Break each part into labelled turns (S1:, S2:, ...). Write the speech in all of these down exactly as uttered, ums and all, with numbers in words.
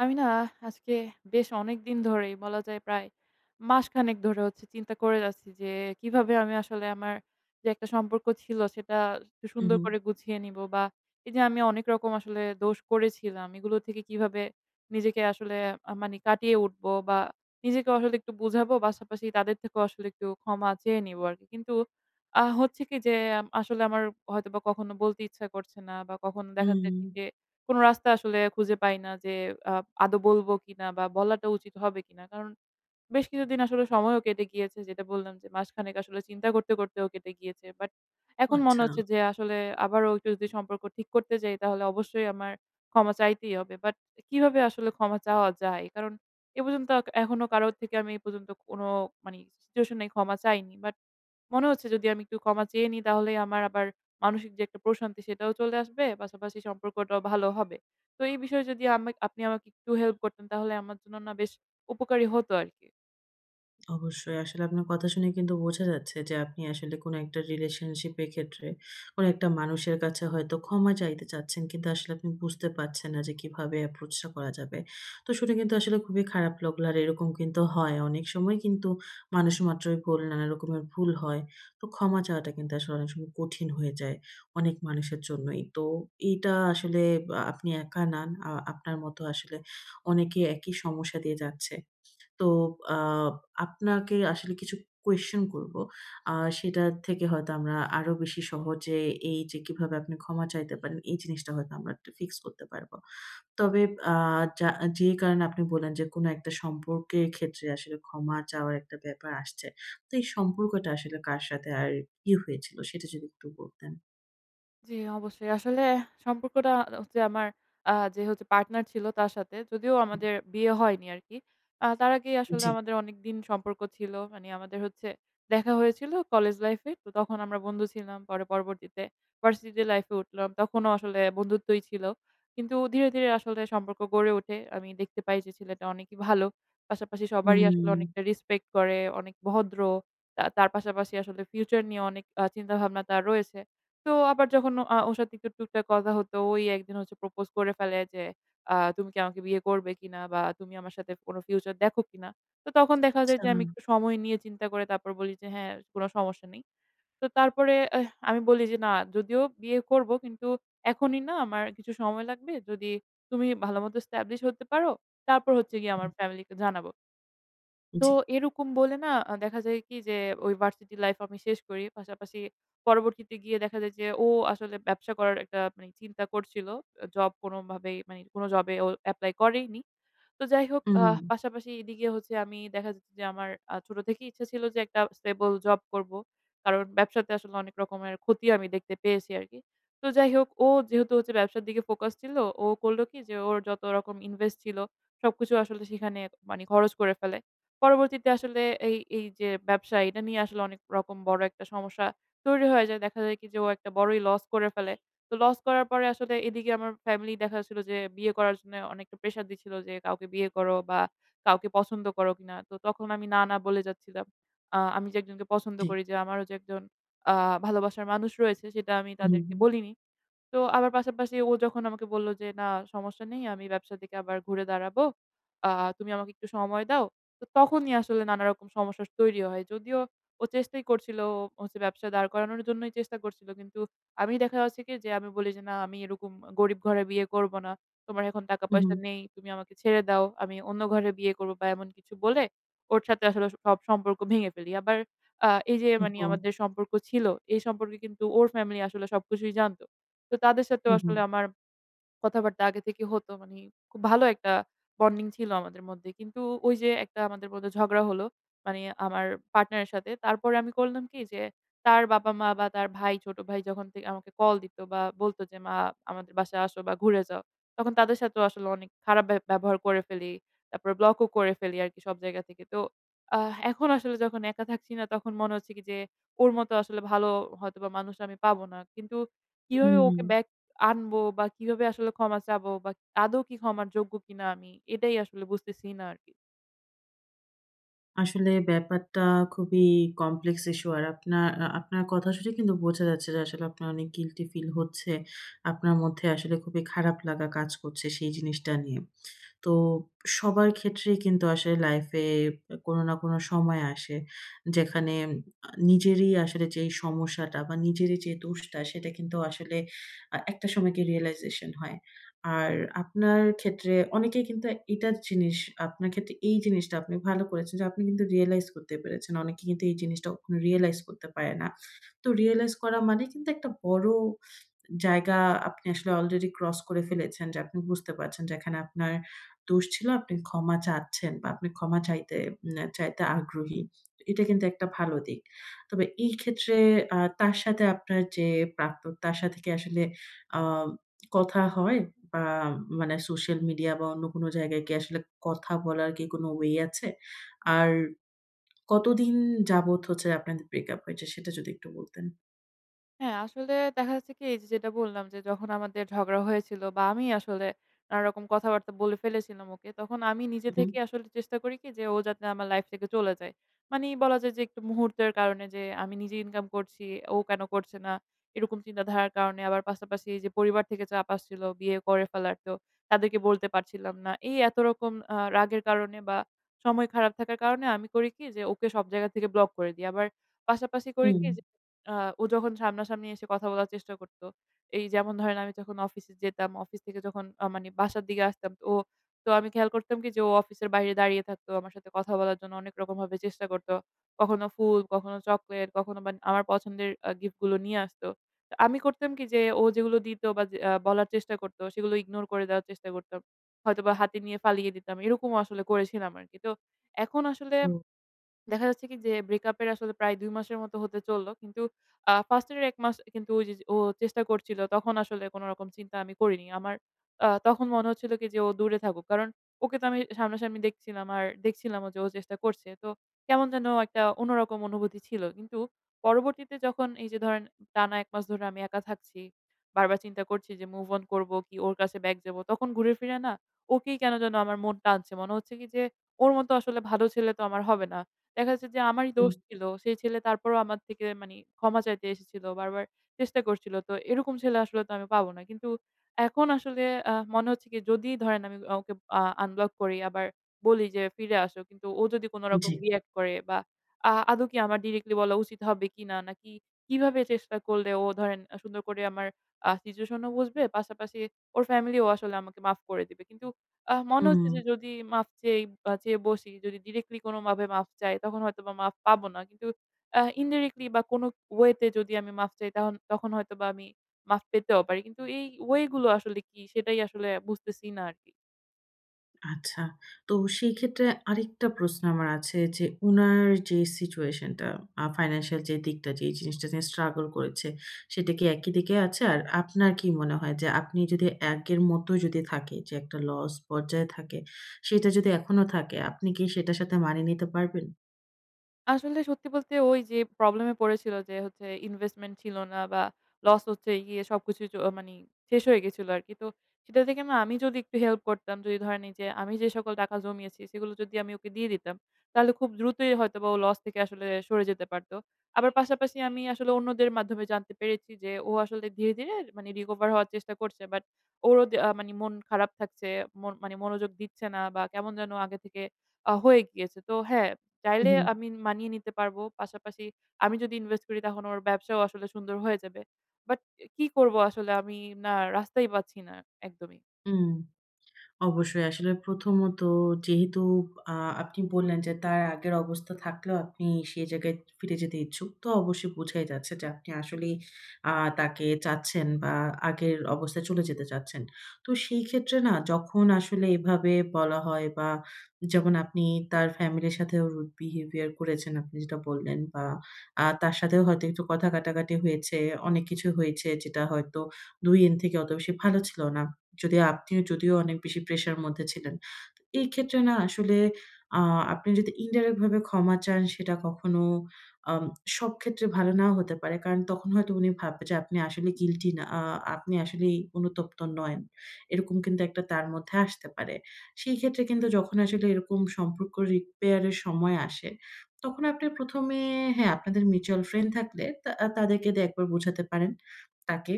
S1: আমি না, আজকে বেশ অনেকদিন ধরেই বলা যায়, প্রায় মাসখানেক ধরে হচ্ছে চিন্তা করে যাচ্ছি যে, কিভাবে আমি আসলে আমার যে একটা সম্পর্ক ছিল সেটা একটু
S2: হু,
S1: সুন্দর
S2: হুম।
S1: করে গুছিয়ে নিব, বা এই যে আমি অনেক রকম আসলে দোষ করেছিলাম এগুলো থেকে কিভাবে নিজেকে আসলে আহ, মানে কাটিয়ে উঠবো বা নিজেকে আসলে একটু বুঝাবো, পাশাপাশি তাদের থেকেও আসলে একটু ক্ষমা চেয়ে নিবো আর কি। কিন্তু আহ, হচ্ছে কি যে, আম, আসলে আমার হয়তো বা কখনো বলতে ইচ্ছা করছে না, বা কখনো দেখা যায় কি
S2: হুম,
S1: যে, কোন রাস্তা আসলে খুঁজে পাই না যে আ আদৌ বলব কিনা, বা বলাটা উচিত হবে কিনা। কারণ বেশ কিছুদিন আসলে সময়ও কেটে গিয়েছে, যেটা বললাম যে মাসখানেক আসলে চিন্তা করতে, করতেও কেটে গিয়েছে। বাট এখন মনে
S2: আচ্ছা।
S1: হচ্ছে যে আসলে আবারও একটু যদি সম্পর্ক ঠিক করতে যাই, তাহলে অবশ্যই আমার ক্ষমা চাইতেই হবে। বাট কিভাবে আসলে ক্ষমা চাওয়া যায়? কারণ এ পর্যন্ত এখনো কারো থেকে আমি এ পর্যন্ত কোনো মানে সিচুয়েশন এ ক্ষমা চাইনি। বাট মনে হচ্ছে যদি আমি একটু ক্ষমা চেয়ে নিই, তাহলে আমার আবার মানসিক যে একটা প্রশান্তি, সেটাও চলে আসবে। পাশাপাশি সম্পর্কটাও ভালো হবে। তো এই বিষয়ে যদি আমা আপনি আমাকে একটু হেল্প করতেন, তাহলে আমার জন্য না বেশ উপকারী হতো আরকি।
S2: অবশ্যই। আসলে আপনার কথা শুনে কিন্তু বোঝা যাচ্ছে যে আপনি আসলে কোনো একটা রিলেশনশিপের ক্ষেত্রে কোনো একটা মানুষের কাছে হয়তো ক্ষমা চাইতে চাচ্ছেন। কিন্তু আসলে আপনি বুঝতে পারছেন না যে কিভাবে অ্যাপ্রোচটা করা যাবে। তো শুনে কিন্তু আসলে খুবই খারাপ লাগলো। আর এরকম কিন্তু হয়। অনেক সময় কিন্তু মানুষ মাত্রই ভুল, নানা রকমের ভুল হয়। তো ক্ষমা চাওয়াটা কিন্তু আসলে অনেক সময় কঠিন হয়ে যায় অনেক মানুষের জন্যই। তো এইটা আসলে আ আপনি একা না। আ আপনার মতো আসলে অনেকে একই সমস্যা দিয়ে যাচ্ছে। তো আ আপনাকে আসলে কিছু কোয়েশ্চেন করব। আ সেটার থেকে হয়তো আমরা আরো বেশি সহজে এই যে কিভাবে আপনি ক্ষমা চাইতে পারেন, এই জিনিসটা হয়তো আমরা একটা ফিক্স করতে পারব। তবে আ যা যে কারণে আপনি বললেন যে কোন একটা সম্পর্কের ক্ষেত্রে আসলে ক্ষমা চাওয়ার একটা ব্যাপার আসছে। তো এই সম্পর্কটা আসলে কার সাথে আর কি হয়েছিল সেটা যদি একটু বলতেন?
S1: জি, অবশ্যই। আসলে সম্পর্কটা হচ্ছে আমার আ যে হচ্ছে পার্টনার ছিল তার সাথে। যদিও আমাদের বিয়ে হয়নি আরকি। আ তার আগেই আসলে
S2: জি।
S1: আমাদের অনেকদিন সম্পর্ক ছিল। মানে আমাদের হচ্ছে দেখা হয়েছিল কলেজ লাইফে। তো তখন আমরা বন্ধু ছিলাম। পরে পরবর্তীতে ভার্সিটি লাইফে উঠলাম। তখনও আসলে বন্ধুত্বই ছিল। কিন্তু ধীরে, ধীরে আসলে সম্পর্ক গড়ে ওঠে। আমি দেখতে পাই যে ছেলেটা অনেকই ভালো। পাশাপাশি সবারই আসলে
S2: উম
S1: অনেকটা রেসপেক্ট করে, অনেক ভদ্র। তা তার পাশাপাশি আসলে ফিউচার নিয়ে অনেক আ চিন্তাভাবনা তার রয়েছে। তো আবার যখন আ ওর সাথে একটু টুকটাক কথা হতো, ওই একদিন হচ্ছে প্রপোজ করে ফেলে যে, আ "তুমি কি আমাকে বিয়ে করবে কিনা? বা তুমি আমার সাথে কোনো ফিউচার দেখো কিনা?" তো তখন দেখা যায়
S2: আচ্ছা।
S1: যে, আমি একটু সময় নিয়ে চিন্তা করে তারপর বলি যে, "হ্যাঁ, কোনো সমস্যা নেই।" তো তারপরে এহ আমি বলি যে, "না, যদিও বিয়ে করব কিন্তু এখনই না, আমার কিছু সময় লাগবে। যদি তুমি ভালোমতো এস্টাবলিশ হতে পারো, তারপর হচ্ছে গিয়ে আমার ফ্যামিলিকে জানাবো।" তো
S2: জি।
S1: এরকম বলে না, আ দেখা যায় কি যে, ওই ভার্সিটি লাইফ আমি শেষ করি। পাশাপাশি পরবর্তীতে গিয়ে দেখা যায় যে, ও আসলে ব্যবসা করার একটা মানে চিন্তা করছিল। জব কোনোভাবেই, মানে কোনো জবে ও এপ্লাই করেইনি। তো যাই হোক,
S2: উম
S1: আহ পাশাপাশি এদিকে হচ্ছে আমি দেখা যাচ্ছে যে, আমার আ ছোট থেকেই ইচ্ছা ছিল যে, একটা স্টেবল জব করব। কারণ ব্যবসাতে আসলে অনেক রকমের ক্ষতি আমি দেখতে পেয়েছি আরকি। তো যাই হোক, ও যেহেতু হচ্ছে ব্যবসার দিকে ফোকাস ছিল, ও করল কি যে, ওর যত রকম ইনভেস্ট ছিল সবকিছু আসলে সেখানে মানে খরচ করে ফেলে। পরবর্তীতে আসলে এই, এই যে ব্যবসা, এটা নিয়ে আসলে অনেক রকম বড় একটা সমস্যা তৈরি হয়ে যায়। দেখা যায় কি যে, ও একটা বড়ই লস করে ফেলে। তো লস করার পরে আসলে এদিকে আমার ফ্যামিলি দেখা যাচ্ছিল যে, বিয়ে করার জন্য অনেকটা প্রেশার দিচ্ছিল যে, "কাউকে বিয়ে করো বা কাউকে পছন্দ করো কিনা?" তো তখন আমি না, না বলে যাচ্ছিলাম। আ আমি যে একজনকে পছন্দ
S2: জি।
S1: করি, যে আমারও যে একজন আ ভালোবাসার মানুষ রয়েছে, সেটা আমি
S2: হুম, জি
S1: তাদেরকে
S2: হুম।
S1: বলিনি। তো আবার পাশাপাশি ও যখন আমাকে বলল যে, "না, সমস্যা নেই। আমি ব্যবসার দিকে আবার ঘুরে দাঁড়াবো। আ তুমি আমাকে একটু সময় দাও।" তো তখনই আসলে নানা রকম সমস্যা তৈরি হয়। যদিও ও চেষ্টাই করছিল, ও হচ্ছে ব্যবসা দাঁড় করানোর জন্যই চেষ্টা করছিল। কিন্তু আমি দেখা যাচ্ছে কি যে, আমি বলি যে, "না, আমি এরকম গরিব ঘরে বিয়ে করব না। তোমার এখন
S2: হুম, হুম।
S1: টাকা-পয়সা নেই। তুমি আমাকে ছেড়ে দাও। আমি অন্য ঘরে বিয়ে করব" বা এমন কিছু বলে ওর সাথে আসলে সব সম্পর্ক ভেঙে ফেলি। আবার আ এই যে, মানে
S2: ওহো!
S1: আমাদের সম্পর্ক ছিল, এই সম্পর্কে কিন্তু ওর ফ্যামিলি আসলে সবকিছুই জানত। তো তাদের সাথেও
S2: হুম, হুম।
S1: আসলে আমার কথাবার্তা আগে থেকে হতো। মানে খুব ভালো একটা বন্ডিং ছিল আমাদের মধ্যে। কিন্তু ওই যে একটা আমাদের মধ্যে ঝগড়া হলো, মানে আমার পার্টনারের সাথে। তারপরে আমি করলাম কি যে, তার বাবা-মা বা তার ভাই, ছোট ভাই যখন থেকে আমাকে কল দিত বা বলত যে, "মা, আমাদের বাসায় আসো বা ঘুরে যাও।" তখন তাদের সাথেও আসলে অনেক খারাপ ব্য ব্যবহার করে ফেলি। তারপরে ব্লকও করে ফেলি আরকি, সব জায়গা থেকে। তো আহ এখন আসলে যখন একা থাকছি না, তখন মনে হচ্ছে কি যে, ওর মতো আসলে ভালো হয়তোবা মানুষ আমি পাবো না। কিন্তু কিভাবে ওকে
S2: হুম।
S1: ব্যাক আনবো, বা কিভাবে আসলে ক্ষমা চাবো, বা আদৌ কি ক্ষমার যোগ্য কিনা আমি? এটাই আসলে বুঝতেছি না আরকি।
S2: আসলে ব্যাপারটা খুবই কমপ্লেক্স ইস্যু। আর আপনার আ আপনার কথা শুনে কিন্তু বোঝা যাচ্ছে যে আসলে আপনার অনেক গিল্টি ফিল হচ্ছে। আপনার মধ্যে আসলে খুবই খারাপ লাগা কাজ করছে সেই জিনিসটা নিয়ে। তো সবার ক্ষেত্রেই কিন্তু আসলে লাইফে কোনো না কোনো সময় আসে যেখানে আ নিজেরই আসলে যেই সমস্যাটা বা নিজেরই যে দোষটা সেটা কিন্তু আসলে আ একটা সময় গিয়ে রিয়ালাইজেশন হয়। আর আপনার ক্ষেত্রে অনেকেই কিন্তু এটা জিনিস আপনার ক্ষেত্রে এই জিনিসটা আপনি ভালো করেছেন যে আপনি কিন্তু রিয়ালাইজ করতে পেরেছেন। অনেকে কিন্তু এই জিনিসটা কখনো রিয়ালাইজ করতে পারে না। তো রিয়ালাইজ করা মানে কিন্তু একটা বড় জায়গা আপনি আসলে অলরেডি ক্রস করে ফেলেছেন যে আপনি বুঝতে পারছেন যেখানে আপনার দোষ ছিল আপনি ক্ষমা চাচ্ছেন বা আপনি ক্ষমা চাইতে উম চাইতে আগ্রহী। এটা কিন্তু একটা ভালো দিক। তবে এই ক্ষেত্রে আ তার সাথে আপনার যে প্রাক্তন তার সাথে কি আসলে আ কথা হয়? বা মানে সোশ্যাল মিডিয়া বা অন্য কোনো জায়গায় কি আসলে কথা বলার কি কোনো ওয়ে আছে? আর কতদিন যাবত হচ্ছে আপনাদের ব্রেকআপ হয়েছে সেটা যদি একটু বলতেন?
S1: হ্যাঁ, আসলে দেখা যাচ্ছে কি, এই যে যেটা বললাম যে, যখন আমাদের ঝগড়া হয়েছিল বা আমি আসলে নানারকম কথাবার্তা বলে ফেলেছিলাম ওকে, তখন আমি
S2: হু,
S1: নিজে
S2: হু।
S1: থেকেই আসলে চেষ্টা করি কি যে, ও যাতে আমার লাইফ থেকে চলে যায়। মানি বলা যায় যে, একটু মুহূর্তের কারণে যে, আমি নিজে ইনকাম করছি, ও কেন করছে না? এরকম চিন্তাধারার কারণে, আবার পাশাপাশি এই যে পরিবার থেকে চাপ আসছিল বিয়ে করে ফেলার, তো তাদেরকে বলতে পারছিলাম না। এই এত রকম আ রাগের কারণে বা সময় খারাপ থাকার কারণে আমি করি কি যে, ওকে সব জায়গা থেকে ব্লক করে দিই। আবার পাশাপাশি করি
S2: হুম।
S1: কি যে, আ ও যখন সামনাসামনি এসে কথা বলার চেষ্টা করত, এই যেমন ধরেন আমি যখন অফিসে যেতাম, অফিস থেকে যখন আ মানে বাসার দিকে আসতাম, তো ও, তো আমি খেয়াল করতাম কি যে, ও অফিসের বাইরে দাঁড়িয়ে থাকতো। আমার সাথে কথা বলার জন্য অনেক রকমভাবে চেষ্টা করত। কখনো ফুল, কখনো চকোলেট, কখনো বা আমার পছন্দের আ গিফট গুলো নিয়ে আসত। তো আমি করতাম কি যে, ও যেগুলো দিত বা যে আ বলার চেষ্টা করত সেগুলো ইগনোর করে দেওয়ার চেষ্টা করতাম। হয়তোবা হাতে নিয়ে পালিয়ে দিতাম। এরকমও আসলে করেছিলাম আরকি। তো এখন আসলে
S2: ও।
S1: দেখা যাচ্ছে কি যে, ব্রেকআপ এর আসলে প্রায় দুই মাসের মতো হতে চলল। কিন্তু আ ফার্স্ট এর এক মাস কিন্তু, ওই যে ও চেষ্টা করছিল, তখন আসলে কোন রকম চিন্তা আমি করিনি। আমার আ তখন মনে হচ্ছিল কি যে, ও দূরে থাকুক। কারণ ওকে তো আমি সামনাসামনি দেখছিলাম, আর দেখছিলামও যে ও চেষ্টা করছে। তো কেমন যেন একটা অন্যরকম অনুভূতি ছিল। কিন্তু পরবর্তীতে যখন এই যে ধরেন টানা এক মাস ধরে আমি একা থাকছি, বারবার চিন্তা করছি যে, মুভ অন করব কি ওর কাছে ব্যাক যাব। তখন ঘুরে ফিরে না ওকেই কেন যেন আমার মন টানছে। মনে হচ্ছে কি যে, ওর মতো আসলে ভালো ছেলে তো আমার হবে না। দেখা যাচ্ছে যে আমারই
S2: হুম,
S1: দোষ ছিল। সেই ছেলে তারপরেও আমার থেকে মানি ক্ষমা চাইতে এসেছিল। বারবার চেষ্টা করছিল। তো এরকম ছেলে আসলে তো আমি পাবো না। কিন্তু এখন আসলে আ মনে হচ্ছে কি, যদি ধরেন আমি আ ওকে আ আনব্লক করি, আবার বলি যে ফিরে আসো। কিন্তু ও যদি কোন
S2: জি।
S1: রকম রিঅ্যাক্ট করে, বা আ আদৌ কি আমার ডিরেক্টলি বলা উচিত হবে কিনা? নাকি কিভাবে চেষ্টা করলে ও ধরেন আ সুন্দর করে আমার আ সিচুয়েশন ও বুঝবে, পাশাপাশি ওর ফ্যামিলিও আসলে আমাকে মাফ করে দিবে। কিন্তু আহ মনে
S2: হুম,
S1: হচ্ছে যে, যদি মাফ চেয়ে আ চেয়ে বসি, যদি ডিরেক্টলি কোনোভাবে মাফ চাই, তখন হয়তোবা মাফ পাবো না। কিন্তু আ ইনডিরেক্টলি বা কোনো ওয়ে তে যদি আমি মাফ চাই, তহন তখন হয়তোবা আমি মাফ পেতেও পারি। কিন্তু এই ওয়ে গুলো আসলে কি? সেটাই আসলে বুঝতেছি না আরকি।
S2: আচ্ছা। তো সেই ক্ষেত্রে আরেকটা প্রশ্ন আমার আছে যে, উনার যে সিচুয়েশন টা আ ফাইন্যান্সিয়াল যে দিকটা, যে জিনিসটা নিয়ে স্ট্রাগল করেছে, সেটা কি একই দিকে আছে? আর আপনার কি মনে হয় যে, আপনি যদি আগের মতো যদি থাকে, যে একটা লস পর্যায়ে থাকে, সেটা যদি এখনো থাকে, আপনি কি সেটার সাথে মানিয়ে নিতে পারবেন?
S1: আসলে সত্যি বলতে, ওই যে প্রবলেম এ পড়েছিল যে, হচ্ছে ইনভেস্টমেন্ট ছিল না বা লস হচ্ছে গিয়ে সবকিছু চ মানি শেষ হয়ে গেছিল আরকি। তো সেটা থেকে না, আমি যদি একটু হেল্প করতাম, যদি ধরেন এই যে আমি যে সকল টাকা জমিয়েছি সেগুলো যদি আমি ওকে দিয়ে দিতাম, তাহলে খুব দ্রুতই হয়তোবা ও লস থেকে আসলে সরে যেতে পারত। আবার পাশাপাশি আমি আসলে অন্যদের মাধ্যমে জানতে পেরেছি যে, ও আসলে ধীরে, ধীরে মানে রিকভার হওয়ার চেষ্টা করছে। বাট ওরও দে আ মানি মন খারাপ থাকছে, মন মানে মনোযোগ দিচ্ছে না, বা কেমন যেন আগে থেকে আ হয়ে গিয়েছে। তো হ্যাঁ, চাইলে
S2: উহু,
S1: আমি মানিয়ে নিতে পারবো। পাশাপাশি আমি যদি ইনভেস্ট করি, তখন ওর ব্যবসাও আসলে সুন্দর হয়ে যাবে। বাট কি করব আসলে আমি, না, রাস্তাই পাচ্ছি না একদমই।
S2: হুম। অবশ্যই। আসলে প্রথমত যেহেতু আ আপনি বললেন যে তার আগের অবস্থা থাকলেও আপনি সেই জায়গায় ফিরে যেতে ইচ্ছুক। তো অবশ্যই বোঝাই যাচ্ছে যে আপনি আসলেই আ তাকে চাচ্ছেন বা আগের অবস্থায় চলে যেতে চাচ্ছেন। তো সেই ক্ষেত্রে না যখন আসলে এভাবে বলা হয় বা যেমন আপনি তার ফ্যামিলির সাথেও রুড বিহেভিয়ার করেছেন আপনি যেটা বললেন বা আ তার সাথেও হয়তো একটু কথা কাটাকাটি হয়েছে, অনেক কিছু হয়েছে যেটা হয়তো দুই এন থেকে অত বেশি ভালো ছিল না। যদি আপনিও যদিও অনেক বেশি প্রেশার মধ্যে ছিলেন। তো এই ক্ষেত্রে না আসলে আ আপনি যদি ইনডাইরেক্ট ভাবে ক্ষমা চান সেটা কখনো আম সব ক্ষেত্রে ভালো নাও হতে পারে। কারণ তখন হয়তো উনি ভাববে যে আপনি আসলে গিল্টি না আ আপনি আসলেই অনুতপ্ত নন। এরকম কিন্তু একটা তার মধ্যে আসতে পারে। সেই ক্ষেত্রে কিন্তু যখন আসলে এরকম সম্পর্ক রিপেয়ার এর সময় আসে, তখন আপনি প্রথমে হ্যাঁ, আপনাদের মিউচুয়াল ফ্রেন্ড থাকলে তা তাদেরকে দিয়ে একবার বোঝাতে পারেন, তাকে।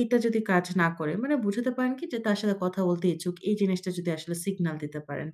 S2: এইটা যদি কাজ না করে মানে বুঝাতে পারেন কি যে তার সাথে কথা বলতে ইচ্ছুক। এই জিনিসটা যদি আসলে সিগন্যাল দিতে পারেন,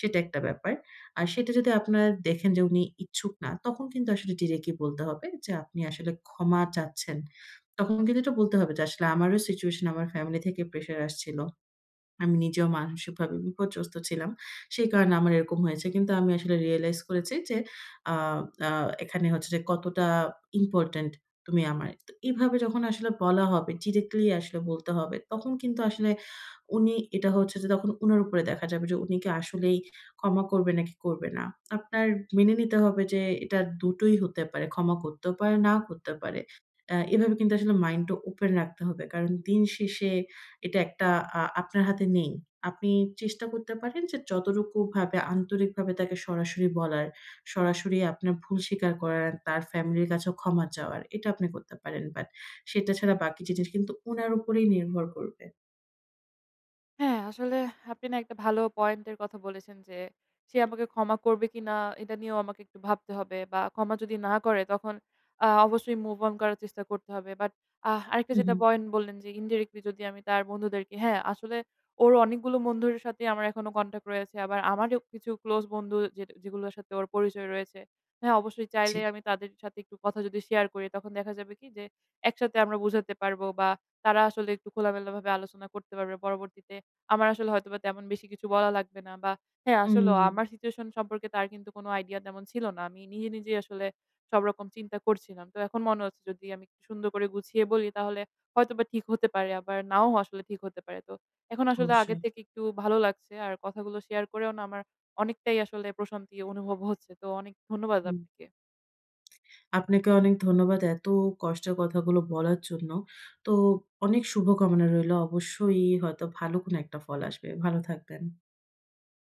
S2: সেটা একটা ব্যাপার। আর সেটা যদি আপনারা দেখেন যে উনি ইচ্ছুক না, তখন কিন্তু আসলে ডিরেক্টলি বলতে হবে যে আপনি আসলে ক্ষমা চাচ্ছেন। তখন কিন্তু এটা বলতে হবে যে আসলে আমারও সিচুয়েশন আমার ফ্যামিলি থেকে প্রেশার আসছিল। আমি নিজেও মানসিকভাবে বিপর্যস্ত ছিলাম। সেই কারণে আমার এরকম হয়েছে। কিন্তু আমি আসলে রিয়ালাইজ করেছি যে আ আ এখানে হচ্ছে যে কতটা ইম্পোর্টেন্ট তুমি আমার। তো এভাবে যখন আসলে বলা হবে, ডিরেক্টলি আসলে বলতে হবে, তখন কিন্তু আসলে উনি এটা হচ্ছে যে তখন উনার উপরে দেখা যাবে যে উনি কি আসলেই ক্ষমা করবে নাকি করবে না। আপনার মেনে নিতে হবে যে এটা দুটোই হতে পারে। ক্ষমা করতেও পারে, নাও করতে পারে। অ্যা এভাবে কিন্তু আসলে মাইন্ডটা ওপেন রাখতে হবে। কারণ দিন শেষে এটা একটা আ আপনার হাতে নেই। আপনি চেষ্টা করতে পারেন যে যতটুকু ভাবে আন্তরিকভাবে তাকে সরাসরি বলার, সরাসরি আপনার ভুল স্বীকার করার, তার ফ্যামিলির কাছেও ক্ষমা চাওয়ার এটা আপনি করতে পারেন। বাট সেটা ছাড়া বাকি জিনিস কিন্তু উনার উপরেই নির্ভর করবে।
S1: হ্যাঁ, আসলে আপনি না একটা ভালো পয়েন্টের কথা বলেছেন যে, সে আমাকে ক্ষমা করবে কিনা এটা নিয়েও আমাকে একটু ভাবতে হবে, বা ক্ষমা যদি না করে তখন আ অবশ্যই মুভ অন করার চেষ্টা করতে হবে। বাট আহ আরেকটা
S2: হু, হু।
S1: যেটা পয়েন্ট বললেন যে, ইনডিরেক্টলি যদি আমি তার বন্ধুদেরকে, হ্যাঁ, আসলে ওর অনেকগুলো বন্ধুর সাথে আমার এখনো কনট্যাক্ট রয়েছে। আবার আমারও কিছু ক্লোজ বন্ধু যে, যেগুলোর সাথে ওর পরিচয় রয়েছে। হ্যাঁ, অবশ্যই
S2: জি।
S1: চাইলে আমি তাদের সাথে একটু কথা যদি শেয়ার করি, তখন দেখা যাবে কি যে, একসাথে আমরা বুঝাতে পারবো, বা তারা আসলে একটু খোলামেলাভাবে আলোচনা করতে পারবে পরবর্তীতে। আমার আসলে হয়তোবা তেমন বেশি কিছু বলা লাগবে না, বা হ্যাঁ, আসলেও
S2: হুম,
S1: আমার সিচুয়েশন সম্পর্কে তার কিন্তু কোনো আইডিয়া তেমন ছিল না। আমি নিজে, নিজেই আসলে সব রকম চিন্তা করছিলাম। তো এখন মনে হচ্ছে যদি আমি একটু সুন্দর করে গুছিয়ে বলি, তাহলে হয়তোবা ঠিক হতে পারে, আবার নাও আসলে ঠিক হতে পারে। তো এখন আসলে আগের
S2: অবশ্যই।
S1: থেকে একটু ভালো লাগছে। আর কথাগুলো শেয়ার করেও না, আমার অনেকটাই আসলে প্রশান্তি অনুভব হচ্ছে। তো অনেক ধন্যবাদ
S2: হুম।
S1: আপনাকে।
S2: আপনাকে অনেক ধন্যবাদ এত কষ্টের কথাগুলো বলার জন্য। তো অনেক শুভকামনা রইলো। অবশ্যই হয়তো ভালো কোনো একটা ফল আসবে। ভালো থাকবেন।